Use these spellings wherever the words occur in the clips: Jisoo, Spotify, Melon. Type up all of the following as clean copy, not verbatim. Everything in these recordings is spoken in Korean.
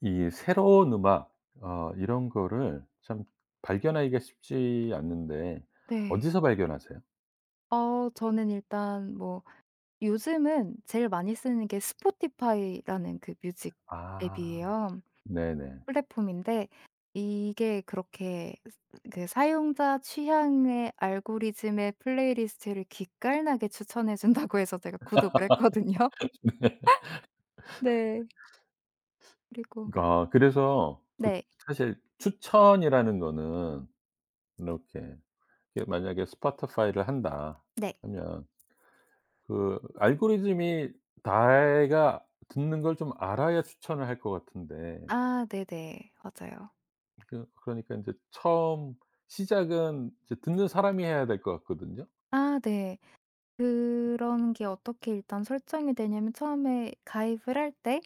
이 새로운 음악, 이런 거를 참 발견하기가 쉽지 않는데 네. 어디서 발견하세요? 저는 일단 뭐 요즘은 제일 많이 쓰는 게 스포티파이라는 그 뮤직 아, 앱이에요. 네네. 플랫폼인데 이게 그렇게 그 사용자 취향의 알고리즘에 플레이리스트를 기깔나게 추천해 준다고 해서 제가 구독을 했거든요. 네. 그리고 아, 그래서 그 네. 사실 추천이라는 거는 이렇게, 이게 만약에 스포티파이를 한다 네. 하면, 그 알고리즘이 내가 듣는 걸 좀 알아야 추천을 할 것 같은데, 아 네네. 맞아요. 그 그러니까 인제 처음 시작은 이제 듣는 사람이 해야 될 것 같거든요. 아 네. 그런 게 어떻게 일단 설정이 되냐면 처음에 가입을 할때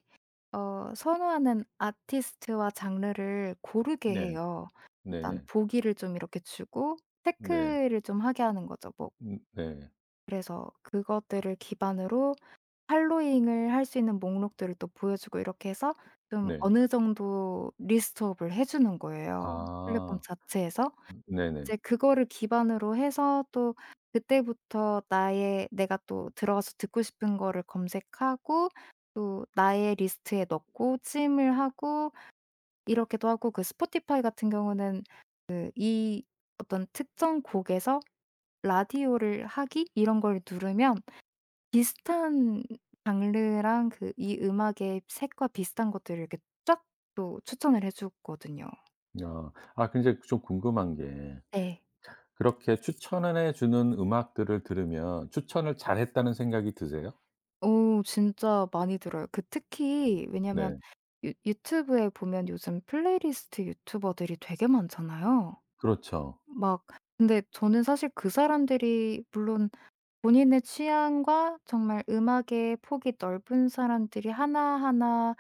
선호하는 아티스트와 장르를 고르게 네. 해요. 일단 네네. 보기를 좀 이렇게 주고 네. 체크를 좀 하게 하는 거죠. 뭐 네. 그래서 그것들을 기반으로 팔로잉을 할 수 있는 목록들을 또 보여주고 이렇게 해서 좀 네. 어느 정도 리스트업을 해 주는 거예요 플랫폼 아. 자체에서. 네네. 이제 그거를 기반으로 해서 또 그때부터 나의 내가 또 들어가서 듣고 싶은 거를 검색하고 또 나의 리스트에 넣고 찜을 하고 이렇게도 하고 그 스포티파이 같은 경우는 그 이 어떤 특정 곡에서 라디오를 하기 이런 걸 누르면 비슷한 장르랑 그 이 음악의 색과 비슷한 것들을 이렇게 쫙 또 추천을 해 주거든요. 아. 아 근데 좀 궁금한 게, 네. 그렇게 추천을 해 주는 음악들을 들으면 추천을 잘했다는 생각이 드세요? 오 진짜 많이 들어요. 그 특히 왜냐면 네. 유 유튜브에 보면 요즘 플레이리스트 유튜버들이 되게 많잖아요. 그렇죠. 막 근데 저는 사실 그 사람들이 물론 본인의 취향과 정말 음악의 폭이 넓은 사람들이 하나하나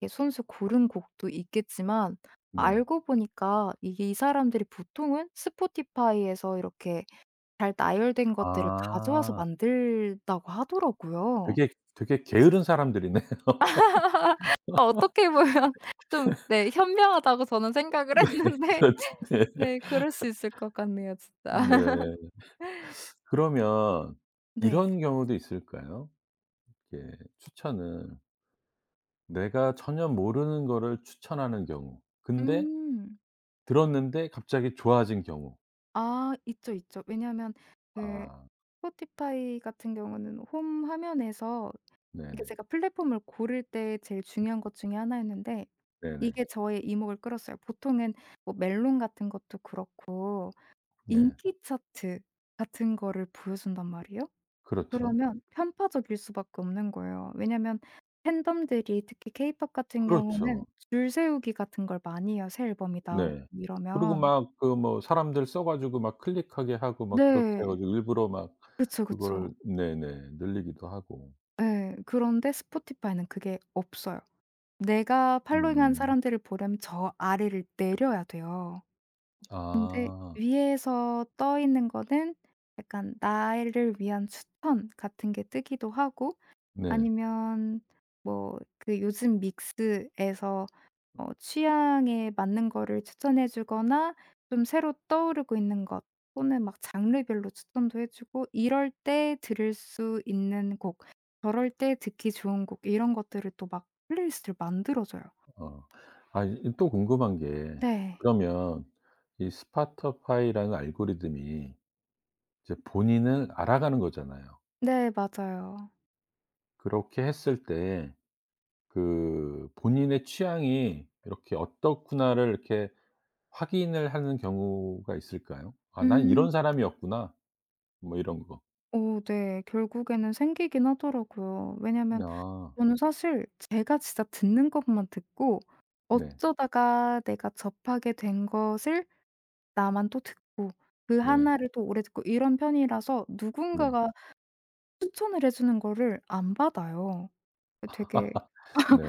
이렇게 손수 고른 곡도 있겠지만 네. 알고 보니까 이게 이 사람들이 보통은 스포티파이에서 이렇게 잘 나열된 것들을 가져와서 아. 만들다고 하더라고요. 되게 되게 게으른 사람들이네요. 어떻게 보면 좀 네 현명하다고 저는 생각을 했는데 그렇지. 네. 네 그럴 수 있을 것 같네요 진짜. 네. 그러면 네. 이런 경우도 있을까요? 이렇게 추천을, 내가 전혀 모르는 거를 추천하는 경우. 근데 음. 들었는데 갑자기 좋아진 경우. 아 있죠, 있죠. 왜냐하면 그 아 스포티파이 같은 경우는 홈 화면에서 이게 네네. 제가 플랫폼을 고를 때 제일 중요한 것 중에 하나였는데 네네. 이게 저의 이목을 끌었어요. 보통은 뭐 멜론 같은 것도 그렇고 네. 인기 차트 같은 거를 보여준단 말이에요. 그렇죠. 그러면 편파적일 수밖에 없는 거예요. 왜냐면 팬덤들이 특히 케이팝 같은 경우는 그렇죠. 줄 세우기 같은 걸 많이 해요, 새 앨범이 나오고 네. 그리고 이러면. 막 그 뭐 사람들 써 가지고 막 클릭하게 하고 막 그렇게 해 네. 가지고 일부러 막 그쵸, 그쵸. 그걸, 네네, 늘리기도 하고. 예. 그런데 스포티파이는 그게 없어요. 내가 팔로잉한 음. 사람들을 보려면 저 아래를 내려야 돼요. 아 위에서 떠 있는 거는 약간 나를 위한 추천 같은 게 뜨기도 하고 네. 아니면 뭐 그 요즘 믹스에서 취향에 맞는 거를 추천해 주거나 좀 새로 떠오르고 있는 것 또는 막 장르별로 추천도 해 주고 이럴 때 들을 수 있는 곡, 저럴 때 듣기 좋은 곡 이런 것들을 또 막 플레이리스트를 만들어 줘요. 어. 아 이 또 궁금한 게, 네. 그러면 이 스파터파이라는 알고리즘이 이제 본인을 알아가는 거잖아요. 네 맞아요. 그렇게 했을 때 그 본인의 취향이 이렇게 '어떻구나.'를 이렇게 확인을 하는 경우가 있을까요? '아 난 음. 이런 사람이었구나.' 뭐 이런 거. 오, 네. 결국에는 생기긴 하더라고요. 왜냐면 아 저는 사실 제가 진짜 듣는 것만 듣고 네. 어쩌다가 내가 접하게 된 것을 나만 또 듣고 그 네. 하나를 또 오래 듣고 이런 편이라서 네. 누군가가 추천을 해 주는 거를 안 받아요. 그 되게 네.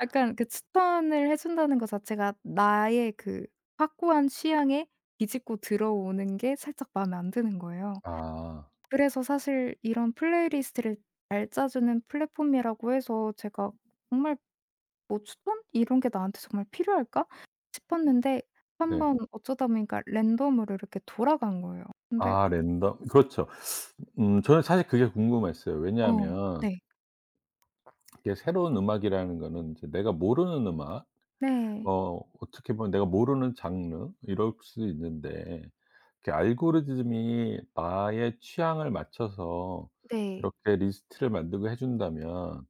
약간 그 추천을 해 준다는 것 자체가 나의 그 확고한 취향에 비집고 들어오는 게 살짝 마음에 안 드는 거예요. 아 그래서 사실 이런 플레이리스트를 잘 짜주는 플랫폼이라고 해서 제가 정말 '뭐 추천? 이런 게 나한테 정말 필요할까?' 싶었는데 한 네. 번 어쩌다 보니까 랜덤으로 이렇게 돌아간 거예요. 근데 아 랜덤, 그렇죠. 저는 사실 그게 궁금했어요. 어 왜냐하면 네. 이게 새로운 음악이라는 거는 이제 내가 모르는 음악, 네. 어떻게 보면 내가 모르는 장르 이럴 수 있는데, 이렇게 알고리즘이 나의 취향을 맞춰서 네. 그렇게 리스트를 만들고 해 준다면,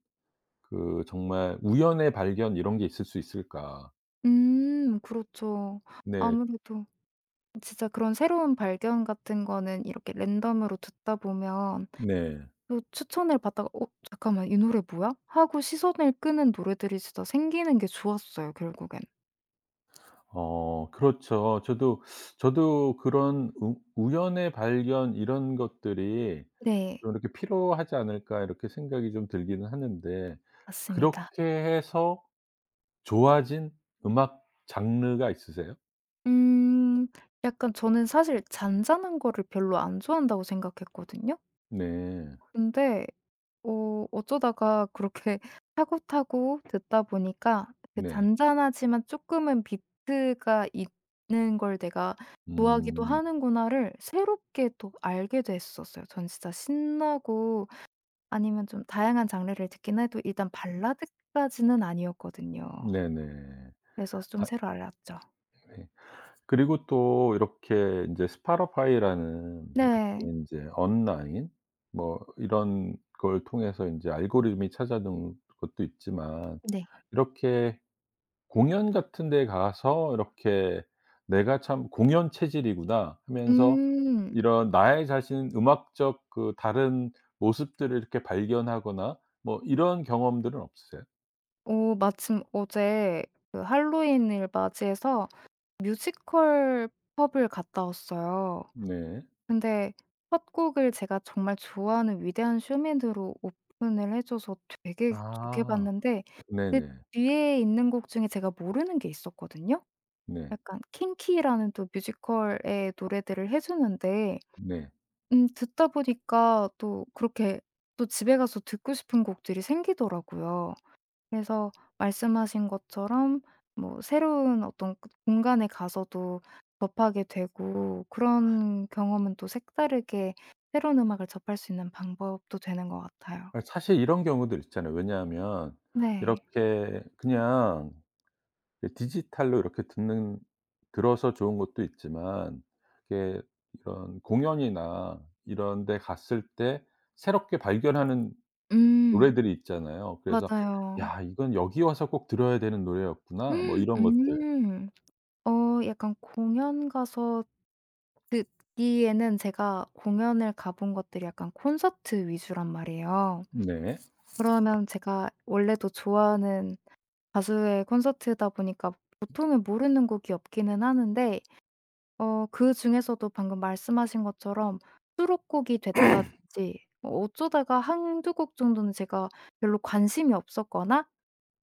그 정말 우연의 발견 이런 게 있을 수 있을까. 그렇죠. 네. 아무래도 진짜 그런 새로운 발견 같은 거는 이렇게 랜덤으로 듣다 보면 네. 또 추천을 받다가 '어 잠깐만 이 노래 뭐야?' 하고 시선을 끄는 노래들이 진짜 생기는 게 좋았어요 결국엔. 어 그렇죠. 저도 그런 우 '우연의 발견 이런 것들이 네. 좀 이렇게 필요하지 않을까.' 이렇게 생각이 좀 들기는 하는데, 맞습니다. 그렇게 해서 좋아진 음악 장르가 있으세요? 음. 약간 저는 사실 잔잔한 거를 별로 안 좋아한다고 생각했거든요. 네. 근데 어쩌다가 그렇게 타고타고 듣다 보니까 그 네. 잔잔하지만 조금은 비트가 있는 걸 '내가 좋아하기도 음. 하는구나.'를 새롭게 또 알게 됐었어요. 전 진짜 신나고 아니면 좀 다양한 장르를 듣긴 해도 일단 발라드까지는 아니었거든요. 네네. 그래서 좀 아 새로 알았죠. 네. 그리고 또 이렇게 인제 스파티파이라는 이렇게 네. 인제 온라인 뭐 이런 걸 통해서 인제 알고리즘이 찾아주는 것도 있지만, 네. 이렇게 공연 같은 데 가서 이렇게 '내가 참 공연 체질이구나.' 하면서 음. 이런 나의 자신 음악적 그 다른 모습들을 이렇게 발견하거나 뭐 이런 경험들은 없으세요? 오 마침 어제 그 할로윈을 맞이해서 뮤지컬 펍을 갔다 왔어요. 네. 근데 첫 곡을 제가 정말 좋아하는 위대한 쇼맨으로 오픈을 해 줘서 되게 좋게 아. 봤는데 그 네네. 뒤에 있는 곡 중에 제가 모르는 게 있었거든요. 네. 약간 킹키라는 또 뮤지컬의 노래들을 해 주는데 네. 듣다 보니까 또 그렇게 또 집에 가서 듣고 싶은 곡들이 생기더라고요. 그래서 말씀하신 것처럼 뭐 새로운 어떤 그 공간에 가서도 접하게 되고 그런 경험은 또 색다르게 새로운 음악을 접할 수 있는 방법도 되는 것 같아요. 아 사실 이런 경우들 있잖아요. 왜냐하면 네. 이렇게 그냥 디지털로 이렇게 듣는 들어서 좋은 것도 있지만, 이게 이런 공연이나 이런 데 갔을 때 새롭게 발견하는 음. 노래들이 있잖아요. 그래서 맞아요. '야 이건 여기 와서 꼭 들어야 되는 노래였구나.' 뭐 이런 것들. 음. 약간 공연 가서 듣기에는 제가 공연을 가본 것들이 약간 콘서트 위주란 말이에요. 네. 그러면 제가 원래도 좋아하는 가수의 콘서트다 보니까 보통은 모르는 곡이 없기는 하는데 그중에서도 방금 말씀하신 것처럼 수록곡이 됐다든지 어쩌다가 한두 곡 정도는 제가 별로 관심이 없었거나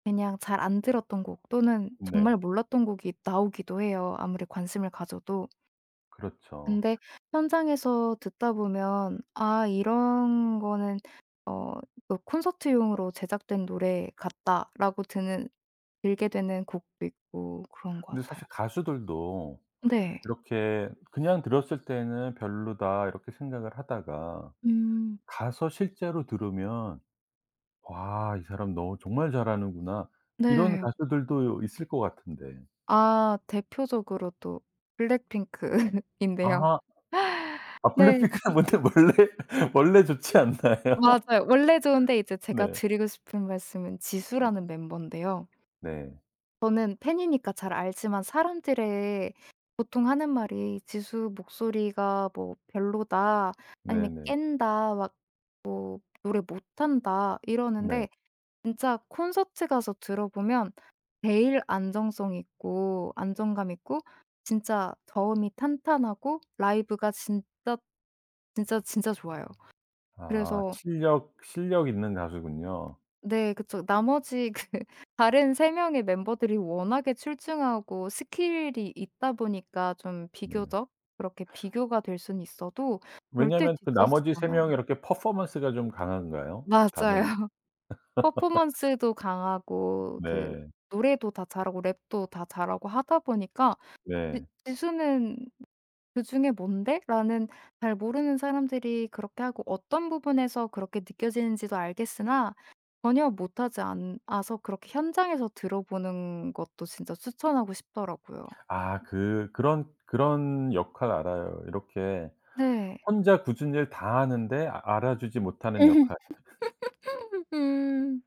그냥 잘 안 들었던 곡 또는 정말 네. 몰랐던 곡이 나오기도 해요, 아무리 관심을 가져도. 그렇죠. 근데 현장에서 듣다 보면 '아 이런 거는 어 그 콘서트용으로 제작된 노래 같다.'라고 드는 들게 되는 곡도 있고 그런 것 근데 같아요. 사실 가수들도 네. 이렇게 그냥 들었을 때는 '별로다.' 이렇게 생각을 하다가 음. 가서 실제로 들으면 '와 이 사람 너 정말 잘하는구나.' 이런 네. 가수들도 있을 것 같은데. 아 대표적으로 또 블랙핑크인데요. 아. 아 네. 블랙핑크는 근데 원래 원래 좋지 않나요? 맞아요. 원래 좋은데 이제 제가 네. 드리고 싶은 말씀은 지수라는 멤버인데요. 네. 저는 팬이니까 잘 알지만 사람들의 보통 하는 말이 "지수 목소리가 뭐 별로다." 아니면 네네. "깬다." 막 뭐 "노래 못한다." 네. 이러는데 진짜 콘서트 가서 들어보면 제일 안정성 있고 안정감 있고 진짜 저음이 탄탄하고 라이브가 진짜 진짜 진짜 좋아요. 아 그래서 실력 있는 가수군요. 네 그쵸. 나머지 그 다른 세 명의 멤버들이 워낙에 출중하고 스킬이 있다 보니까 좀 네. 비교적 그렇게 비교가 될 수는 있어도 절대 왜냐면 그 뒤처지지 나머지 세 않아요. 명이 이렇게 퍼포먼스가 좀 강한가요? 맞아요. 다른. 퍼포먼스도 강하고 그 네. 노래도 다 잘하고 랩도 다 잘하고 하다 보니까 지 네. 지수는 '그중에 뭔데?' 라는 잘 모르는 사람들이 그렇게 하고 어떤 부분에서 그렇게 느껴지는지도 알겠으나 전혀 못하지 않아서 그렇게 현장에서 들어보는 것도 진짜 추천하고 싶더라고요. 아 그 그런 역할 알아요. 이렇게 네. 혼자 굳은 일 다 하는데, 알아주지 못하는 역할. 음.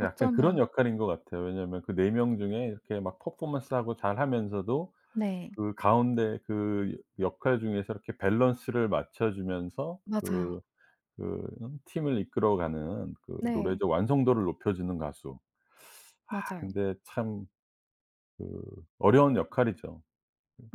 약간 그런 역할인 것 같아요. 왜냐하면 그 4명 중에 이렇게 막 퍼포먼스하고 잘하면서도 네. 그 가운데 그 역할 중에서 이렇게 밸런스를 맞춰 주면서 맞아요. 그 팀을 이끌어가는 그 네. 노래적 완성도를 높여주는 가수. 아 맞아요. 근데 참 그 어려운 역할이죠.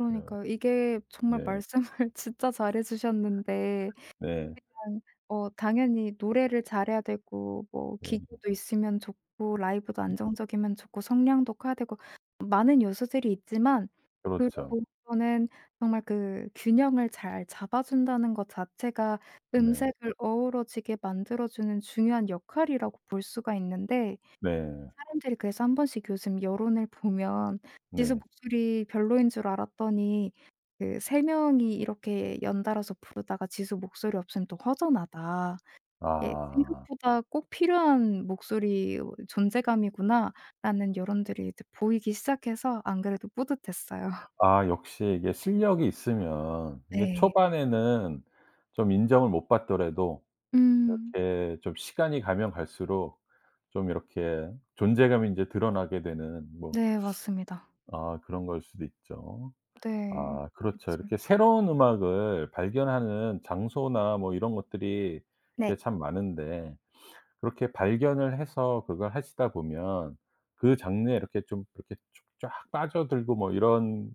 그 이게 정말 네. 말씀을 진짜 잘해 주셨는데 네. 당 어 당연히 노래를 잘해야 되고 뭐 네. 기교도 있으면 좋고 라이브도 안정적이면 좋고 성량도 커야 되고 많은 요소들이 있지만 그로 그렇죠. 은는 정말 그 균형을 잘 잡아준다는 것 자체가 네. 음색을 어우러지게 만들어주는 중요한 역할이라고 볼 수가 있는데 네. 사람들이 그래서 한 번씩 요즘 여론을 보면 "지수 네. 목소리 별로인 줄 알았더니 그 세 명이 이렇게 연달아서 부르다가 지수 목소리 없으면 또 허전하다." 예 아. '생각보다 꼭 필요한 목소리 존재감이구나.'라는 여론들이 이제 보이기 시작해서 안 그래도 뿌듯했어요. 아 역시 이게 실력이 있으면 이게 네. 초반에는 좀 인정을 못 받더라도 음. 이렇게 좀 시간이 가면 갈수록 좀 이렇게 존재감이 인제 드러나게 되는 뭐 네 맞습니다. 아 그런 거일 수도 있죠. 네. 아 그렇죠. 그쵸. 이렇게 새로운 음악을 발견하는 장소나 뭐 이런 것들이 이게 네. 참 많은데, 그렇게 발견을 해서 그걸 하시다 보면 그 장르에 이렇게 좀 이렇게 쭉 쫙 빠져들고 뭐 이런,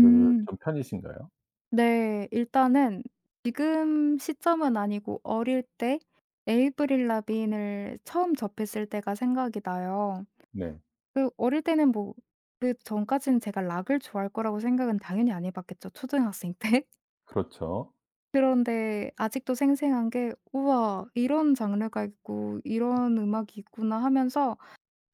그 좀 편이신가요? 네. 일단은 지금 시점은 아니고 어릴 때 에이브릴 라빈을 처음 접했을 때가 생각이 나요. 네. 그 어릴 때는 뭐 그전까지는 제가 락을 좋아할 거라고 생각은 당연히 안 해 봤겠죠 초등학생 때. 그렇죠. 그런데 아직도 생생한 게 '우와 이런 장르가 있고 이런 음악이 있구나.' 하면서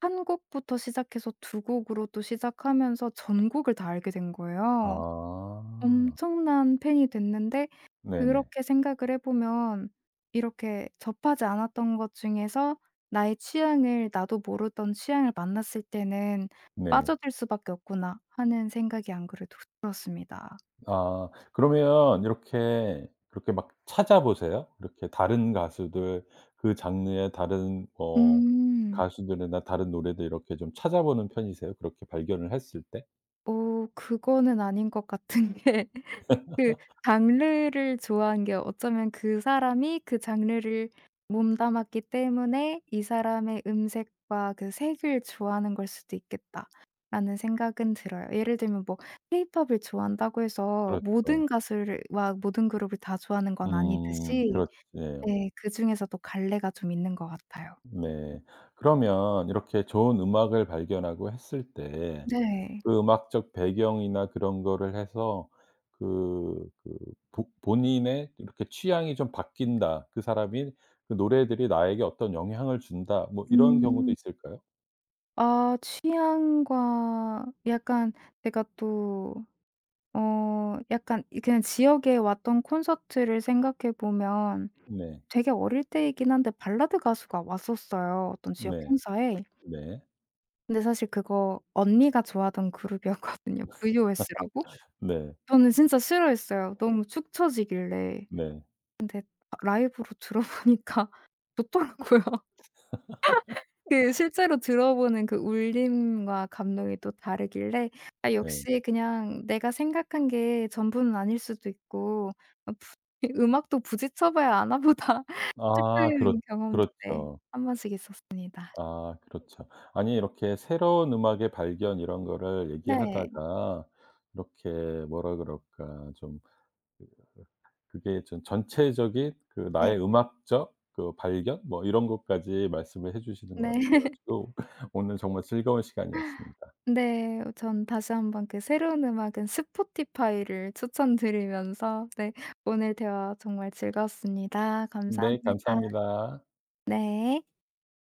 한 곡부터 시작해서 두 곡으로 또 시작하면서 전곡을 다 알게 된 거예요. 아. 엄청난 팬이 됐는데 네네. 그렇게 생각을 해 보면 이렇게 접하지 않았던 것 중에서 나의 취향을 나도 모르던 취향을 만났을 때는 네. '빠져들 수밖에 없구나.' 하는 생각이 안 그래도 들었습니다. 아 그러면 이렇게 그렇게 막 찾아보세요? 이렇게 다른 가수들, 그 장르의 다른 뭐 음. 가수들이나 다른 노래들 이렇게 좀 찾아보는 편이세요? 그렇게 발견을 했을 때? 그거는 아닌 것 같은 게 그 장르를 좋아하는 게 어쩌면 그 사람이 그 장르를 몸담았기 때문에 '이 사람의 음색과 그 색을 좋아하는 걸 수도 있겠다.'라는 생각은 들어요. 예를 들면 뭐 케이팝을 좋아한다고 해서 그렇죠. 모든 가수를 와 모든 그룹을 다 좋아하는 건 아니듯이 그렇 예. 네 그중에서도 갈래가 좀 있는 것 같아요. 네. 그러면 이렇게 좋은 음악을 발견하고 했을 때 네. 그 음악적 배경이나 그런 거를 해서 그 그 보 본인의 이렇게 '취향이 좀 바뀐다. 그 사람이 그 노래들이 나에게 어떤 영향을 준다.' 뭐 이런 경우도 음. 있을까요? 아 취향과 약간 제가 또 약간 이 그냥 지역에 왔던 콘서트를 생각해 보면 네. 되게 어릴 때이긴 한데 발라드 가수가 왔었어요, 어떤 지역 네. 행사에. 네. 근데 사실 그거 언니가 좋아하던 그룹이었거든요, VOS라고. 네. 저는 진짜 싫어했어요. 너무 축 처지길래. 네. 아 라이브로 들어보니까 좋더라고요. 그 실제로 들어보는 그 울림과 감동이 또 다르길래 아 네. 역시 그냥 내가 생각한 게 전부는 아닐 수도 있고 아 부 이 '음악도 부지쳐 봐야 아나 보다.' 아 싶은 경험도 네 그렇죠. 한 번씩 있었습니다. 아 그렇죠. 아니 이렇게 새로운 음악의 발견 이런 거를 네. 얘기하다가 이렇게 뭐라 그럴까 좀, 그게 전 전체적인 그 네. 나의 음악적 그 발견 뭐 이런 것까지 말씀을 해 주시는 것 네. 같아 가지고 오늘 정말 즐거운 시간이었습니다. 네. 전 다시 한번 그 새로운 음악은 스포티파이를 추천드리면서 네 오늘 대화 정말 즐거웠습니다. 네 감사합니다. 감사합니다. 네.